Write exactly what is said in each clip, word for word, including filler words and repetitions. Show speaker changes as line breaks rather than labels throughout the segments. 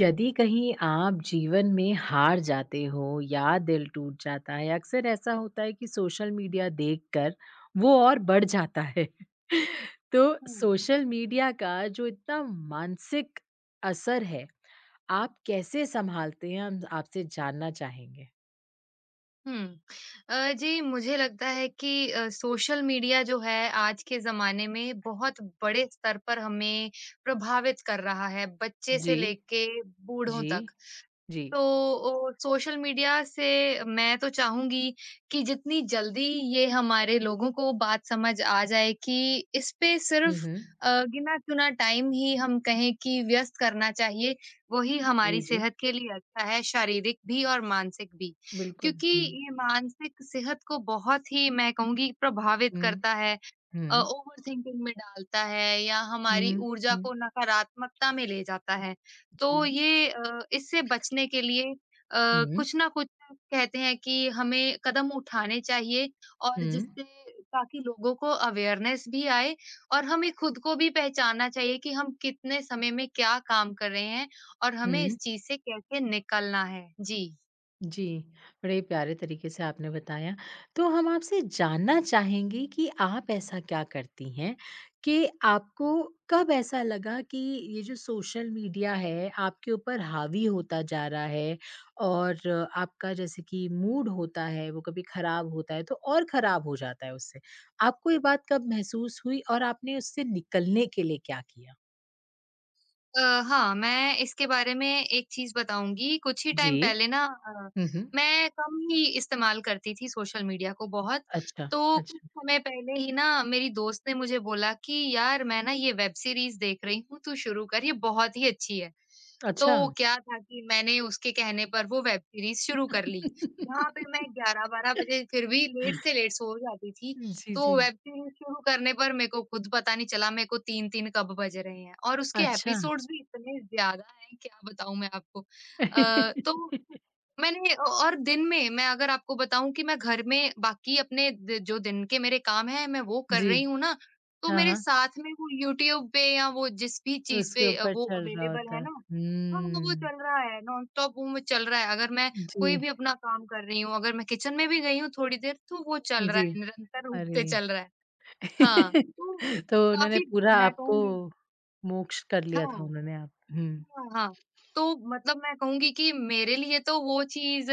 यदि कहीं आप जीवन में हार जाते हो या दिल टूट जाता है, अक्सर ऐसा होता है कि सोशल मीडिया देखकर वो और बढ़ जाता है। तो
हुँ।
सोशल मीडिया का जो इतना मानसिक असर है, आप कैसे सँभालते हैं? हम आपसे जानना चाहेंगे।
हुँ। अ, जी मुझे लगता है कि अ, सोशल मीडिया जो है आज के ज़माने में बहुत बड़े स्तर पर हमें प्रभावित कर रहा है, बच्चे
जी,
से लेके बूढ़ों
जी।
तक।
जी।
तो ओ, सोशल मीडिया से मैं तो चाहूंगी कि जितनी जल्दी ये हमारे लोगों को बात समझ आ जाए कि इस पे
हुँ,
सिर्फ
हुँ।
अ, गिना चुना टाइम ही हम कहें कि व्यस्त करना चाहिए वही
जी,
हमारी
जी।
सेहत के लिए अच्छा है शारीरिक भी और मानसिक भी
बिल्कुल।
क्योंकि
हुँ,
ये मानसिक सेहत को बहुत ही मैं कहूंगी प्रभावित
हुँ,
करता है अ,
हुँ,
ओवरथिंकिंग में डालता है या हमारी
हुँ,
ऊर्जा
हुँ।
को नकारात्मकता में ले जाता है। तो
जी।
ये अ, इससे बचने के लिए अ,
हुँ,
कुछ ना कुछ कहते हैं कि हमें कदम उठाने चाहिए और
हुँ,
जिससे ताकि लोगों को अवेयरनेस भी आए और हमें खुद को भी पहचानना चाहिए कि हम कितने समय में क्या काम कर रहे हैं और हमें
हुँ।
इस चीज़ से कैसे निकलना है। जी।
जी, बड़े प्यारे तरीके से आपने बताया। तो हम आपसे जानना चाहेंगे कि आप ऐसा क्या करती हैं कि आपको कब ऐसा लगा कि ये जो सोशल मीडिया है, आपके ऊपर हावी होता जा रहा है और आपका जैसे कि मूड होता है, वो कभी खराब होता है, तो और खराब हो जाता है उससे। आपको ये बात कब महसूस हुई और आपने उससे निकलने के लिए क्या किया?
अ, हाँ, मैं इसके बारे में एक चीज़ बताऊँगी, कुछ ही
जी।
टाइम पहले ना अ,
हुँ, हुँ।
मैं कम ही इस्तेमाल करती थी सोशल मीडिया को बहुत,
अच्छा,
तो कुछ
अच्छा।
समय पहले ही ना मेरी दोस्त ने मुझे बोला कि, "यार, मैं ना ये वेब सीरीज़ देख रही हूँ, तू शुरू कर, ये बहुत ही अच्छी है।" तो
अच्छा।
क्या था कि मैंने उसके कहने पर वो वेब सीरीज़ शुरू कर ली। जहाँ पे मैं ग्यारह बारह बजे फिर भी लेट से लेट सो जाती थी,
जी,
तो
जी।
वेब सीरीज़ शुरू करने पर मेरे को खुद पता नहीं चला मेरे को तीन तीन कब बज रहे हैं और उसके
अच्छा।
एपिसोड्स भी इतने ज़्यादा हैं, क्या बताऊँ मैं आपको। अ, तो मैंने औ और दिन में मैं अगर आपको बताऊँ कि मैं घर में बाकी अपने द जो दिन के मेरे काम हैं, मैं वो कर
जी,
रही हूँ ना, तो
हाँ,
मेरे
हाँ,
साथ में वो यूट्यूब पे या वो जिस भी चीज़
उसके
पे अ,
ऊपर
वो
चल रहा
अवेलेबल
होता
है
है।
ना। हाँ, हाँ, वो तो
हुँ,
चल रहा है, नॉनस्टॉप वो में चल रहा है, अगर मैं कोई
जी,
भी अपना काम कर रही हूँ, अगर मैं किचन में भी गई हूँ थोड़ी देर, तो वो चल रहा
जी,
है, निरंतर रूप से
अरे!
चल रहा है। हाँ, तो
तो उन्होंने
काफ़ी
पूरा
मैं
आपको
कहूँगी
मोक्ष कर लिया था
हाँ।
उन्होंने आप हुँ,
हाँ, हाँ। तो मतलब मैं कहूँगी कि मेरे लिए तो वो चीज़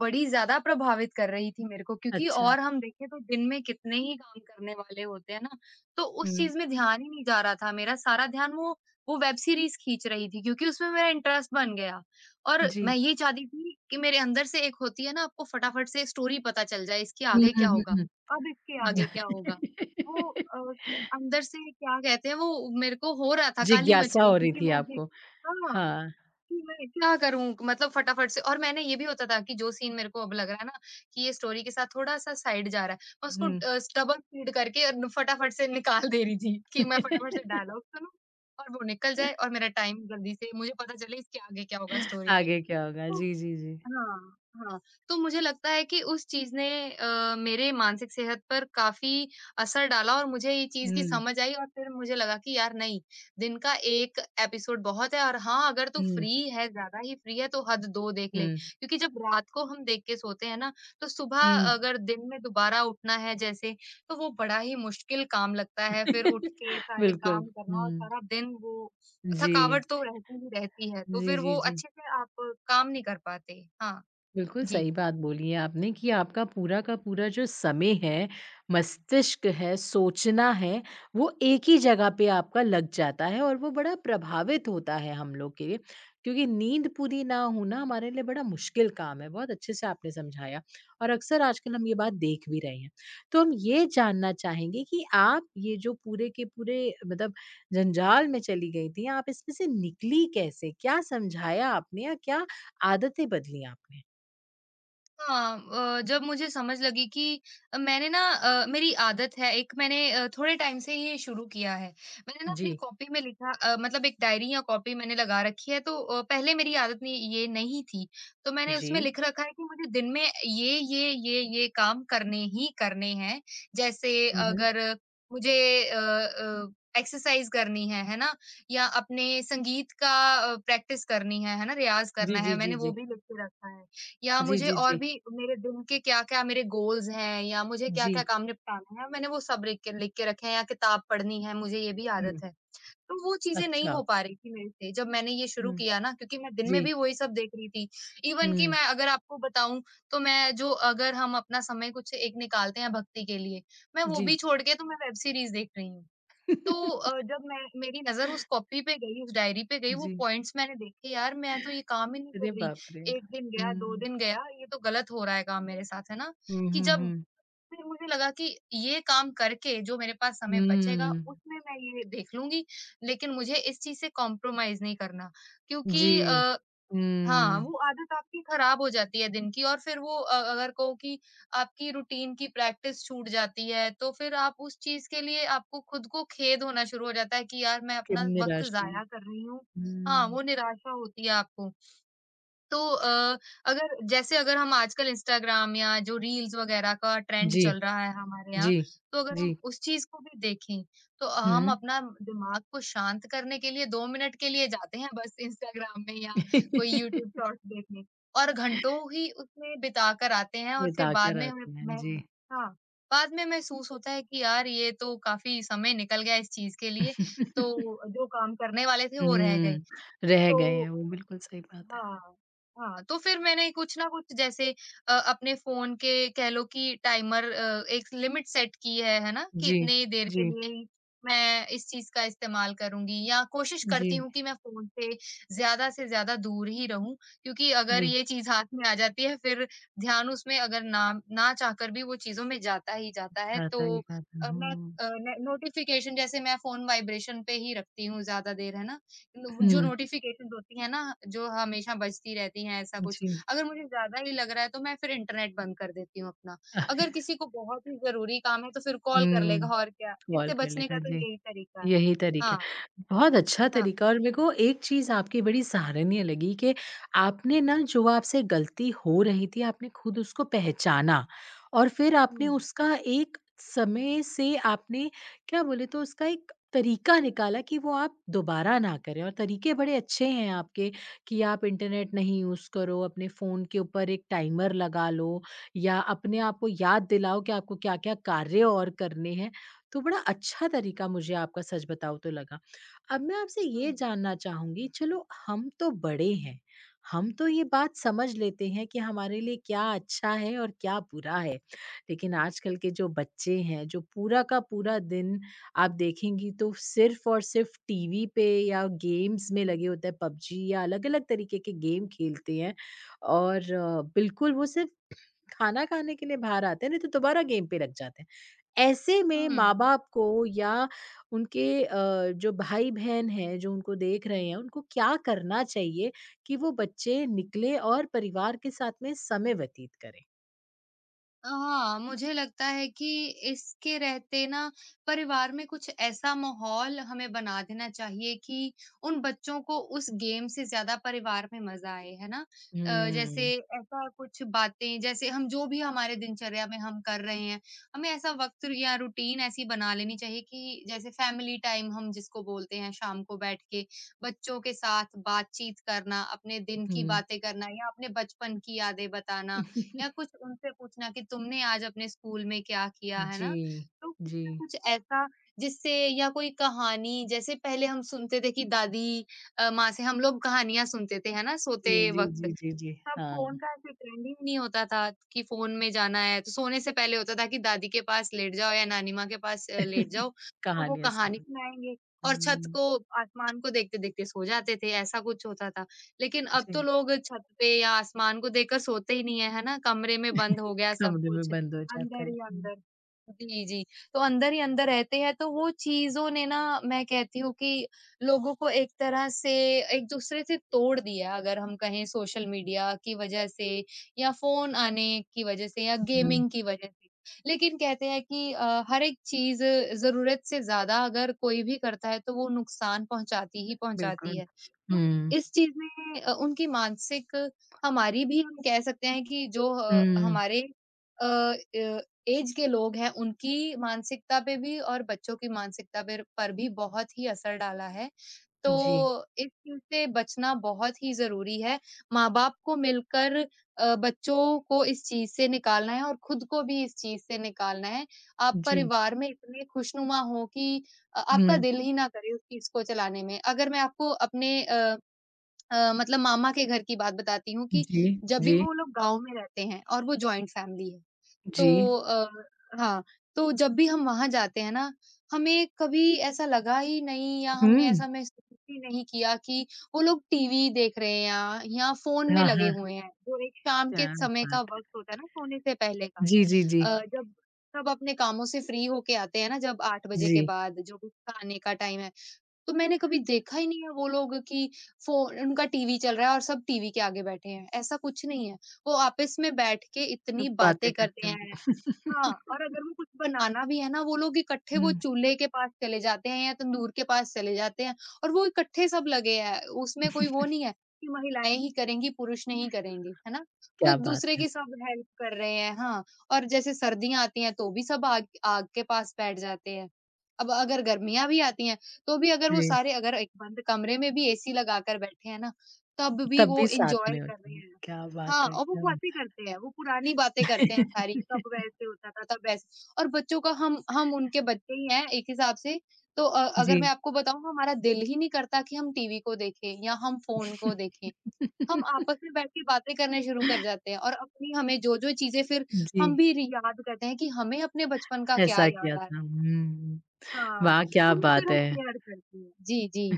बड़ी ज़्यादा प्रभावित कर रही थी मेरे को क्योंकि
अच्छा,
और हम देखें तो दिन में कितने ही काम करने वाले होते हैं ना, तो उस
हुँ,
चीज़ में ध्यान ही नहीं जा रहा था मेरा, सारा ध्यान वो वो वेब सीरीज़ खींच रही थी क्योंकि उसमें मेरा इंटरेस्ट बन गया। और मैं
जी।
ये चाहती थी कि मेरे अंदर से एक होती है ना आपको फटाफट से स्टोरी पता चल जाए इसके
हुँ,
आगे
हुँ,
क्या होगा,
हुँ,
अब इसके
हुँ।
आगे क्या होगा। वो अ, अंदर से क्या कहते हैं वो मेरे को हो रहा था, काली मच
जिज्ञासा
रही
हो
थी
रही
कि
थी
मैं
आपको।
हाँ,
हाँ,
कि मैं क्या करूँ? मतलब फटाफट से और मैंने ये भी होता था कि जो सीन मेरे को अब लग रहा है ना कि ये स्टोरी के साथ थोड़ा-सा साइड जा रहा है, मैं उसको
हुँ।
अ, डबल स्पीड करके और फटाफट से निकाल दे रही थी कि मैं फटाफट से डायलॉग सुनूँ और वो निकल जाए और मेरा टाइम जल्दी से मुझे पता चले इसके आगे क्या होगा स्टोरी में।
आगे क्या होगा? जी, जी, जी।
हाँ, हाँ। तो मुझे लगता है कि उस चीज़ ने अ, मेरे मानसिक सेहत पर काफ़ी असर डाला और मुझे ये चीज़ की
हुँ,
समझ आई और फिर मुझे लगा कि यार नहीं, दिन का एक एपिसोड बहुत है और हाँ, अगर तू
हुँ,
फ्री है, ज़्यादा ही फ्री है तो हद दो देख ले।
हुँ,
क्योंकि जब रात को हम देख के सोते हैं ना, तो सुबह
हुँ।
अगर दिन में दोबारा उठना है जैसे, तो वो बड़ा ही मुश्किल काम लगता है। फिर उठ के सारे
बिल्कुल,
काम करना और
हुँ।
सारा दिन वो
जी।
थकावट तो रहती ही रहती है, तो
जी,
फिर
जी,
वो
जी।
अच्छे से आप काम नहीं कर पाते। हाँ,
बिल्कुल
जी।
सही बात बोली है आपने कि आपका पूरा का पूरा जो समय है, मस्तिष्क है, सोचना है, वो एक ही जगह पे आपका लग जाता है और वो बड़ा प्रभावित होता है हम लोग के लिए। क्योंकि नींद पूरी ना होना हमारे लिए बड़ा मुश्किल काम है, बहुत अच्छे से आपने समझाया और अक्सर आजकल हम ये बात देख भी रहे हैं। तो हम ये जानना चाहेंगे कि आप ये जो पूरे के पूरे मतलब जंजाल में चली गई थीं, आप इसमें से निकली कैसे? क्या समझाया आपने या क्या आदतें बदली आपने?
हाँ अ, जब मुझे समझ लगी कि अ, मैंने ना अ, मेरी आदत है एक मैंने अ, थोड़े टाइम से ये शुरू किया है मैंने ना अपनी
जी,
कॉपी में लिखा अ, मतलब एक डायरी या कॉपी मैंने लगा रखी है तो अ, पहले मेरी आदत नहीं ये नहीं थी तो मैंने उसमें
जी।
लिख रखा है कि मुझे दिन में ये ये ये ये काम करने ही करने हैं जैसे
हुँ, हुँ।
अगर मुझे एक्सरसाइज करनी है है ना या अपने संगीत का प्रैक्टिस करनी है है ना रियाज
जी,
करना है
जी,
मैंने
जी,
वो
जी।
भी लिख के रखा है या
जी,
मुझे
जी,
और
जी।
भी मेरे दिन के क्या-क्या मेरे गोल्स हैं या मुझे
जी।
क्या-क्या काम निपटाना है, मैंने वो सब लिख के लिख के रखे हैं या किताब पढ़नी है, मुझे ये भी
हुँ,
आदत है। तो वो चीज़ें नहीं
अच्छा।
हो पा रही थी मेरे से जब मैंने ये शुरू
हुँ।
किया ना क्योंकि मैं दिन में
जी।
भी वही सब देख रही थी। इवन कि
हुँ।
मैं अगर आपको बताऊँ तो मैं जो अगर हम अपना समय कुछ एक निकालते हैं भक्ति के लिए, मैं वो
जी।
भी छोड़ के तो मैं वेब सीरीज़ देख रही हूँ। तो अ, जब मैं मेरी नज़र उस कॉपी पे गई, उस डायरी पे गई, वो
जी।
पॉइंट्स मैंने देखे, यार मैं तो ये काम ही नहीं
अरे
कर रही।
बाप रे!
एक दिन गया, दो
हुँ।
दिन गया, ये तो गलत हो रहा है काम मेरे साथ, है ना?
हुँ,
कि
हुँ,
जब
हुँ।
फिर मुझे लगा कि ये काम करके जो मेरे पास समय बचेगा,
हुँ।
उसमें मैं ये देख लूँगी, लेकिन मुझे इस चीज़ से कॉम्प्रोमाइज़ नहीं करना क्योंकि
जी।
अ,
हुँ।
हाँ, वो आदत आपकी खराब हो जाती है दिन की और फिर वो अ, अगर कहो कि आपकी रूटीन की प्रैक्टिस छूट जाती है, तो फिर आप उस चीज़ के लिए आपको खुद को खेद होना शुरू हो जाता है कि यार मैं
कि
अपना वक़्त
निराशा।
ज़ाया कर रही हूँ। हाँ,
हुँ।
वो निराशा होती है आपको। तो अ, अगर जैसे अगर हम आजकल इंस्टाग्राम या जो रील्स वगैरह का ट्रेंड
जी,
चल रहा है हमारे यहाँ,
जी,
तो अगर
जी।
हम उस चीज को भी देखें, तो
हुँ।
हम अपना दिमाग को शांत करने के लिए दो मिनट के लिए जाते हैं बस इंस्टाग्राम में या कोई यूट्यूब शॉर्ट्स देखने और घंटों ही उसमें बिता कर आते हैं और फिर बाद
बिताकर
में हमें
आते हैं,
मैं
जी।
हाँ, बाद में महसूस होता है कि यार ये तो काफ़ी समय निकल गया इस चीज़ के लिए, तो जो काम करने वाले थे वो रह गए।
हुँ, रह
तो
गए हैं वो, बिल्कुल सही बात है।
हाँ, हाँ, तो फिर मैंने कुछ ना कुछ जैसे अ, अपने फ़ोन के कह लो कि टाइमर अ, एक लिमिट सेट की है, है ना? कि
जी,
इतनी देर के
जी,
लिए ही मैं इस चीज़ का इस्तेमाल करूँगी या कोशिश
जी,
करती हूँ कि मैं फ़ोन से ज़्यादा से ज़्यादा दूर ही रहूँ क्योंकि अगर
जी।
ये चीज़ हाथ में आ जाती है फिर ध्यान उसमें अगर ना ना चाहकर भी वो चीज़ों में जाता ही जाता है।
जाता
तो
ही जाता।
अ, मैं अ,
हुँ।
न नोटिफ़िकेशन जैसे मैं फ़ोन वाइब्रेशन पे ही रखती हूँ ज़्यादा देर, है ना? नो जो
हुँ।
नोटिफ़िकेशंस होती हैं ना, जो हमेशा बजती रहती हैं ऐसा कुछ,
जी।
अगर मुझे ज़्यादा ही लग रहा है तो मैं फिर इंटरनेट बंद कर देती हूँ अपना। अगर किसी को बहुत ही ज़रूरी काम है तो फिर कॉल कर
हुँ,
लेगा और क्या,
कॉल
इससे
कर
बचने का
लेगा।
तो
जी।
यही तरीका है।
यही तरीका है।
हाँ,
बहुत अच्छा
हाँ।
तरीका और मेरे को एक चीज़ आपकी बड़ी सराहनीय लगी कि आपने ना जो आपसे गलती हो रही थी, आपने खुद उसको पहचाना और फिर आपने
हुँ,
उसका एक समय से आपने क्या बोले तो उसका एक तरीका निकाला कि वो आप दोबारा ना करें और तरीके बड़े अच्छे हैं आपके कि आप इंटरनेट नहीं यूज़ करो, अपने फ़ोन के ऊपर एक टाइमर लगा लो या अपने आप को याद दिलाओ कि आपको क्या-क्या कार्य और करने हैं। तो बड़ा अच्छा तरीका मुझे आपका सच बताऊँ तो लगा। अब मैं आपसे
हुँ,
ये जानना चाहूँगी चलो हम तो बड़े हैं, हम तो ये बात समझ लेते हैं कि हमारे लिए क्या अच्छा है और क्या बुरा है। लेकिन आजकल के जो बच्चे हैं, जो पूरा का पूरा दिन आप देखेंगी तो सिर्फ़ और सिर्फ़ टीवी पे या गेम्स में लगे होते हैं, पबजी या अलग-अलग तरीके के गेम खेलते हैं और अ, बिल्कुल वो सिर्फ़ खाना खाने के लिए बाहर आते हैं, नहीं तो दोबारा गेम पे लग जाते हैं। ऐसे में
हुँ।
माँ-बाप को या उनके अ, जो भाई-बहन हैं, जो उनको देख रहे हैं, उनको क्या करना चाहिए कि वो बच्चे निकलें और परिवार के साथ में समय व्यतीत करें?
हाँ, मुझे लगता है कि इसके रहते ना परिवार में कुछ ऐसा माहौल हमें बना देना चाहिए कि उन बच्चों को उस गेम से ज़्यादा परिवार में मज़ा आए, है ना? अ, जैसे
हुँ,
ऐसा कुछ बातें जैसे हम जो भी हमारे दिनचर्या में हम कर रहे हैं, हमें ऐसा वक़्त या रूटीन ऐसी बना लेनी चाहिए कि जैसे फैमिली टाइम हम जिसको बोलते हैं शाम को बैठ के, बच्चों के साथ बातचीत करना, अपने दिन की
हुँ।
बातें करना या अपने बचपन की यादें बताना। या कुछ उनसे पूछना कि तुमने आज अपने स्कूल में क्या किया, है
जी,
ना? तो कुछ
जी।
ना कुछ ऐसा जिससे या कोई कहानी जैसे पहले हम सुनते थे कि दादी अ, माँ से हम लोग कहानियाँ सुनते थे, है ना,
जी,
सोते
जी,
वक़्त।
जी, जी, जी,
तब
हाँ।
फ़ोन का ऐसे ट्रेंड ही नहीं होता था कि फ़ोन में जाना है, तो सोने से पहले होता था कि दादी के पास लेट जाओ या नानी माँ के पास अ, लेट जाओ, तो वो
कहानियाँ
कहानी
सुनो।
सुनाएँगे और छत
हुँ।
को आसमान को देखते-देखते सो जाते थे, ऐसा कुछ होता था। लेकिन अब तो
जी।
लोग छत पे या आसमान को देखकर सोते ही नहीं है, है ना? कमरे में बंद हो गया सब
कमरे में
कुछ।
बंद हो जाता
अंदर
है।
ही
हुँ।
अंदर। जी, जी। तो अंदर ही अंदर रहते हैं, तो वो चीज़ों ने ना मैं कहती हूँ कि लोगों को एक तरह से एक-दूसरे से तोड़ दिया, अगर हम कहें सोशल मीडिया की वजह से या फ़ोन आने की वजह से या
हुँ,
गेमिंग की वजह से। लेकिन कहते हैं कि अ, हर एक चीज़ ज़रूरत से ज़्यादा अगर कोई भी करता है, तो वो नुकसान पहुँचाती ही पहुँचाती
बिल्कुल।
है। तो
हुँ,
इस चीज़ में अ, उनकी मानसिक, हमारी भी हम कह सकते हैं कि जो अ,
हुँ।
हमारे अ अ, ऐज के लोग हैं, उनकी मानसिकता पे भी और बच्चों की मानसिकता पेर पर भी बहुत ही असर डाला है। तो
जी,
इस चीज़ से बचना बहुत ही ज़रूरी है। माँ-बाप को मिलकर अ, बच्चों को इस चीज़ से निकालना है और खुद को भी इस चीज़ से निकालना है। आप
जी।
परिवार में इतने खुशनुमा हो कि अ, आपका
हुँ,
दिल ही ना करे उस चीज़ को चलाने में। अगर मैं आपको अपने अ अ, मतलब मामा के घर की बात बताती हूँ कि
जी,
जब भी
जी।
वो लोग गाँव में रहते हैं, और वो जॉइंट फैमिली है।
जी।
तो अ, हाँ, तो जब भी हम वहाँ जाते हैं ना, हमें कभी ऐसा लगा ही नहीं या हमने
हुँ।
ऐसा महसूस ही नहीं किया कि वो लोग टीवी देख रहे हैं या या फ़ोन में
हाँ,
लगे
हाँ।
हुए हैं। जो एक शाम के
क्या
समय का
बात है।
वक़्त होता है ना, सोने से पहले का।
जी, जी, जी।
अ, जब सब अपने कामों से फ्री होके आते हैं ना, जब आठ बजे
जी।
के बाद जो भी खाने का टाइम है, तो मैंने कभी देखा ही नहीं है वो लोग कि फ़ोन उनका टीवी चल रहा है और सब टीवी के आगे बैठे हैं, ऐसा कुछ नहीं है। वो आपस में बैठ के इतनी
बातें
बातें करते
करते
हैं।
हुए।
हाँ,
हुँ,
और अगर वो कुछ बनाना भी है ना, वो लोग इकट्ठे वो चूल्हे के पास चले जाते हैं या तंदूर के पास चले जाते हैं, और वो इकट्ठे सब लगे हैं। उसमें कोई वो नहीं है कि महिलाएँ ही करेंगी, पुरुष नहीं करेंगे, है ना? वो
क्या बात
एक-दूसरे
है।
की सब हेल्प कर रहे हैं। हाँ, और जैसे सर्दियाँ आती हैं, तो भी सब आग आग के पास बैठ जाते हैं। अब अगर गर्मियाँ भी आती हैं, तो भी अगर वो
जी,
सारे, अगर एक बंद कमरे में भी एसी लगाकर बैठे हैं ना, तब भी
तब
वो
भी साथ
एन्जॉय
में
कर
होते
रहे
हैं।
हैं।
क्या
हाँ,
बात है,
और वो
क्या बात
बातें करते हैं, वो पुरानी बातें करते हैं सारी, तब
है।
वैसे होता था, तब वैसे। और बच्चों का हम हम उनके बच्चे ही हैं एक हिसाब से, तो अ, अगर
जी।
मैं आपको बताऊँ, हमारा दिल ही नहीं करता कि हम टीवी को देखें या हम फ़ोन को देखें। हम आपस में बैठ के बातें करने शुरू कर जाते हैं, और अपनी हमें जो-जो चीज़ें फिर
जी,
हम भी रि याद करते हैं कि हमें अपने बचपन का क्या
ऐसा
याद
किया
आ रहा है।
था। हुँ,
हाँ,
वाह! क्या
तो वो फिर
बात
हम
है।
शेयर करते हैं। जी, जी।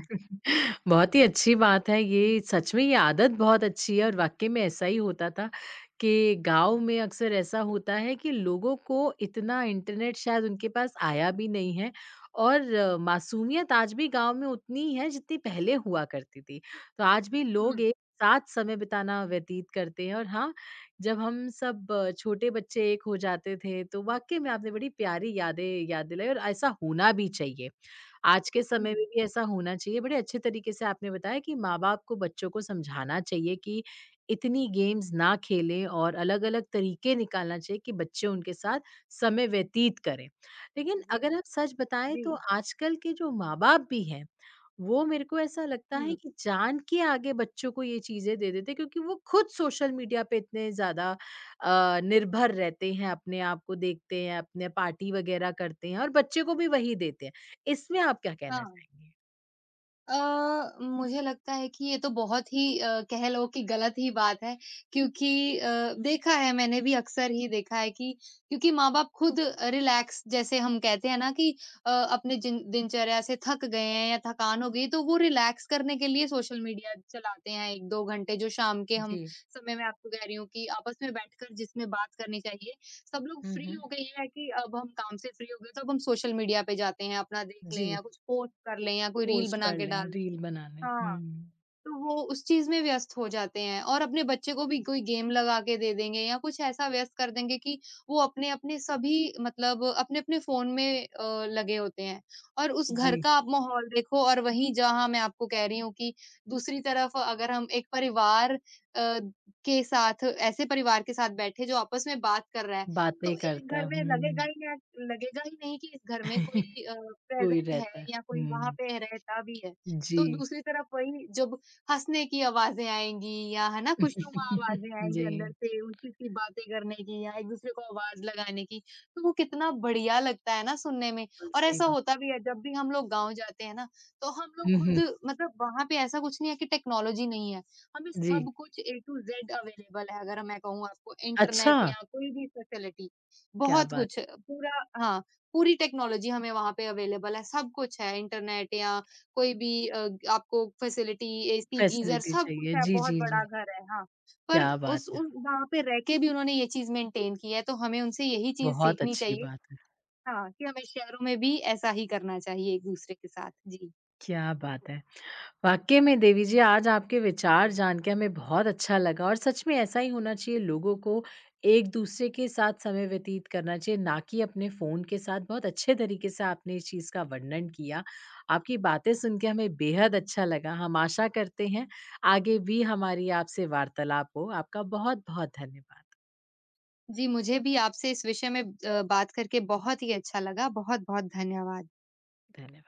बहुत ही अच्छी बात है ये, सच में ये आदत बहुत अच्छी है और वाक़ई में ऐसा ही होता था कि गाँव में अक्सर ऐसा होता है कि लोगों को इतना इंटरनेट शायद उनके पास आया भी नहीं है और अ, मासूमियत आज भी गाँव में उतनी ही है जितनी पहले हुआ करती थी। तो आज भी लोग
हुँ,
एक साथ समय बिताना व्यतीत करते हैं और हाँ, जब हम सब अ, छोटे बच्चे एक हो जाते थे, तो वाक़ई में आपने बड़ी प्यारी यादें याद दिलाई और ऐसा होना भी चाहिए। आज के
हुँ।
समय में भी ऐसा होना चाहिए। बड़े अच्छे तरीके से आपने बताया कि माँ-बाप को बच्चों को समझाना चाहिए कि इतनी गेम्स ना खेलें और अलग-अलग तरीके निकालना चाहिए कि बच्चे उनके साथ समय व्यतीत करें। लेकिन
जी,
अगर आप सच बताएँ
जी।
तो आजकल के जो माँ-बाप भी हैं, वो मेरे को ऐसा लगता
हुँ।
है कि जान के आगे बच्चों को ये चीज़ें दे देते हैं क्योंकि वो खुद सोशल मीडिया पे इतने ज़्यादा अ, निर्भर रहते हैं, अपने आप को देखते हैं, अपने पार्टी वगैरह करते हैं और बच्चे को भी वही देते हैं। इसमें आप क्या कहना
हाँ।
चाहेंगे?
अ, मुझे लगता है कि ये तो बहुत ही अ, कह लो कि गलत ही बात है, क्योंकि अ, देखा है, मैंने भी अक्सर ही देखा है कि क्योंकि माँ-बाप खुद रिलैक्स, जैसे हम कहते हैं ना कि अ, अपने जिन दिनचर्या से थक गए हैं या थकान हो गई, तो वो रिलैक्स करने के लिए सोशल मीडिया चलाते हैं एक दो घंटे, जो शाम के हम
जी।
समय मैं आपको कह रही हूँ कि आपस में बैठकर जिसमें बात करनी चाहिए, सब लोग
हुँ,
फ्री
हुँ।
हो गए, ये है कि अब हम काम से फ्री हो गए, तो अब हम सोशल मीडिया पे जाते हैं, अपना देख
जी।
लें या कुछ पोस्ट कर लें या कोई रील
पोस्ट
बना
कर
के
लें,
डाल दें।
रील बना लें।
हाँ।
हुँ।
तो वो उस चीज़ में व्यस्त हो जाते हैं, और अपने बच्चे को भी कोई गेम लगा के दे देंगे या कुछ ऐसा व्यस्त कर देंगे कि वो अपने-अपने सभी, मतलब अपने-अपने फ़ोन में अ, लगे होते हैं। और उस घर
जी।
का आप माहौल देखो, और वहीं जहाँ मैं आपको कह रही हूँ कि दूसरी तरफ अगर हम एक परिवार अ, के साथ, ऐसे परिवार के साथ बैठे जो आपस में बात कर रहा है, तो
बातें
एक
करता
घर
है।
में लगेगा
हुँ।
ही ना लगेगा ही नहीं कि इस घर में कोई अ,
कोई
प्रेज़ेंट है
रहता है।
या कोई वहाँ
हुँ।
पे रहता भी है।
जी।
तो दूसरी तरफ वही जब हँसने की आवाज़ें आएँगी या है ना, खुशनुमा आवाज़ें आएँगी
जी।
अंदर से, ऊँची-ऊँची बातें करने की या एक-दूसरे को आवाज़ लगाने की, तो वो कितना बढ़िया लगता है ना सुनने में।
बिल्कुल
और
सही
ऐसा
बात।
होता भी है, जब भी हम लोग गाँव जाते हैं ना, तो हम लोग
हुँ,
खुद,
हुँ।
मतलब वहाँ पे ऐसा कुछ नहीं है कि टेक्नोलॉजी नहीं है, हमें
जी।
सब कुछ ए टू ज़ेड अवेलेबल है, अगर मैं कहूँ आपको
अच्छा!
इंटरनेट या कोई भी फैसिलिटी,
क्या
बहुत
बात
कुछ
है।
पूरा। हाँ, पूरी टेक्नोलॉजी हमें वहाँ पे अवेलेबल है, सब कुछ है, इंटरनेट या कोई भी अ, आपको फैसिलिटी, एसी, गीज़र
फैसिलिटी
सब कुछ
चाहिए।
है,
जी,
बहुत
जी,
बड़ा
जी।
घर है। हाँ, पर
क्या बात
उस
है।
उन वहाँ पे रह के भी उन्होंने ये चीज़ मेंटेन की है, तो हमें उनसे यही चीज़
बहुत
सीखनी
अच्छी
चाहिए।
बात है।
हाँ, कि हमें शहरों में भी ऐसा ही करना चाहिए एक-दूसरे के साथ। जी।
क्या बात है। वाकई में देवी जी आज आपके विचार जान के हमें बहुत अच्छा लगा और सच में ऐसा ही होना चाहिए लोगों को एक दूसरे के साथ समय व्यतीत करना चाहिए ना कि अपने फ़ोन के साथ बहुत अच्छे तरीके से आपने इस चीज़ का वर्णन किया। आपकी बातें सुन के हमें बेहद अच्छा लगा। हम आशा करते हैं आगे भी हमारी आपसे वार्तालाप हो। आपका बहुत-बहुत धन्यवाद।
जी, मुझे भी आपसे इस विषय में अ, बात करके बहुत ही अच्छा लगा। बहुत-बहुत धन्यवाद।
धन्यवाद।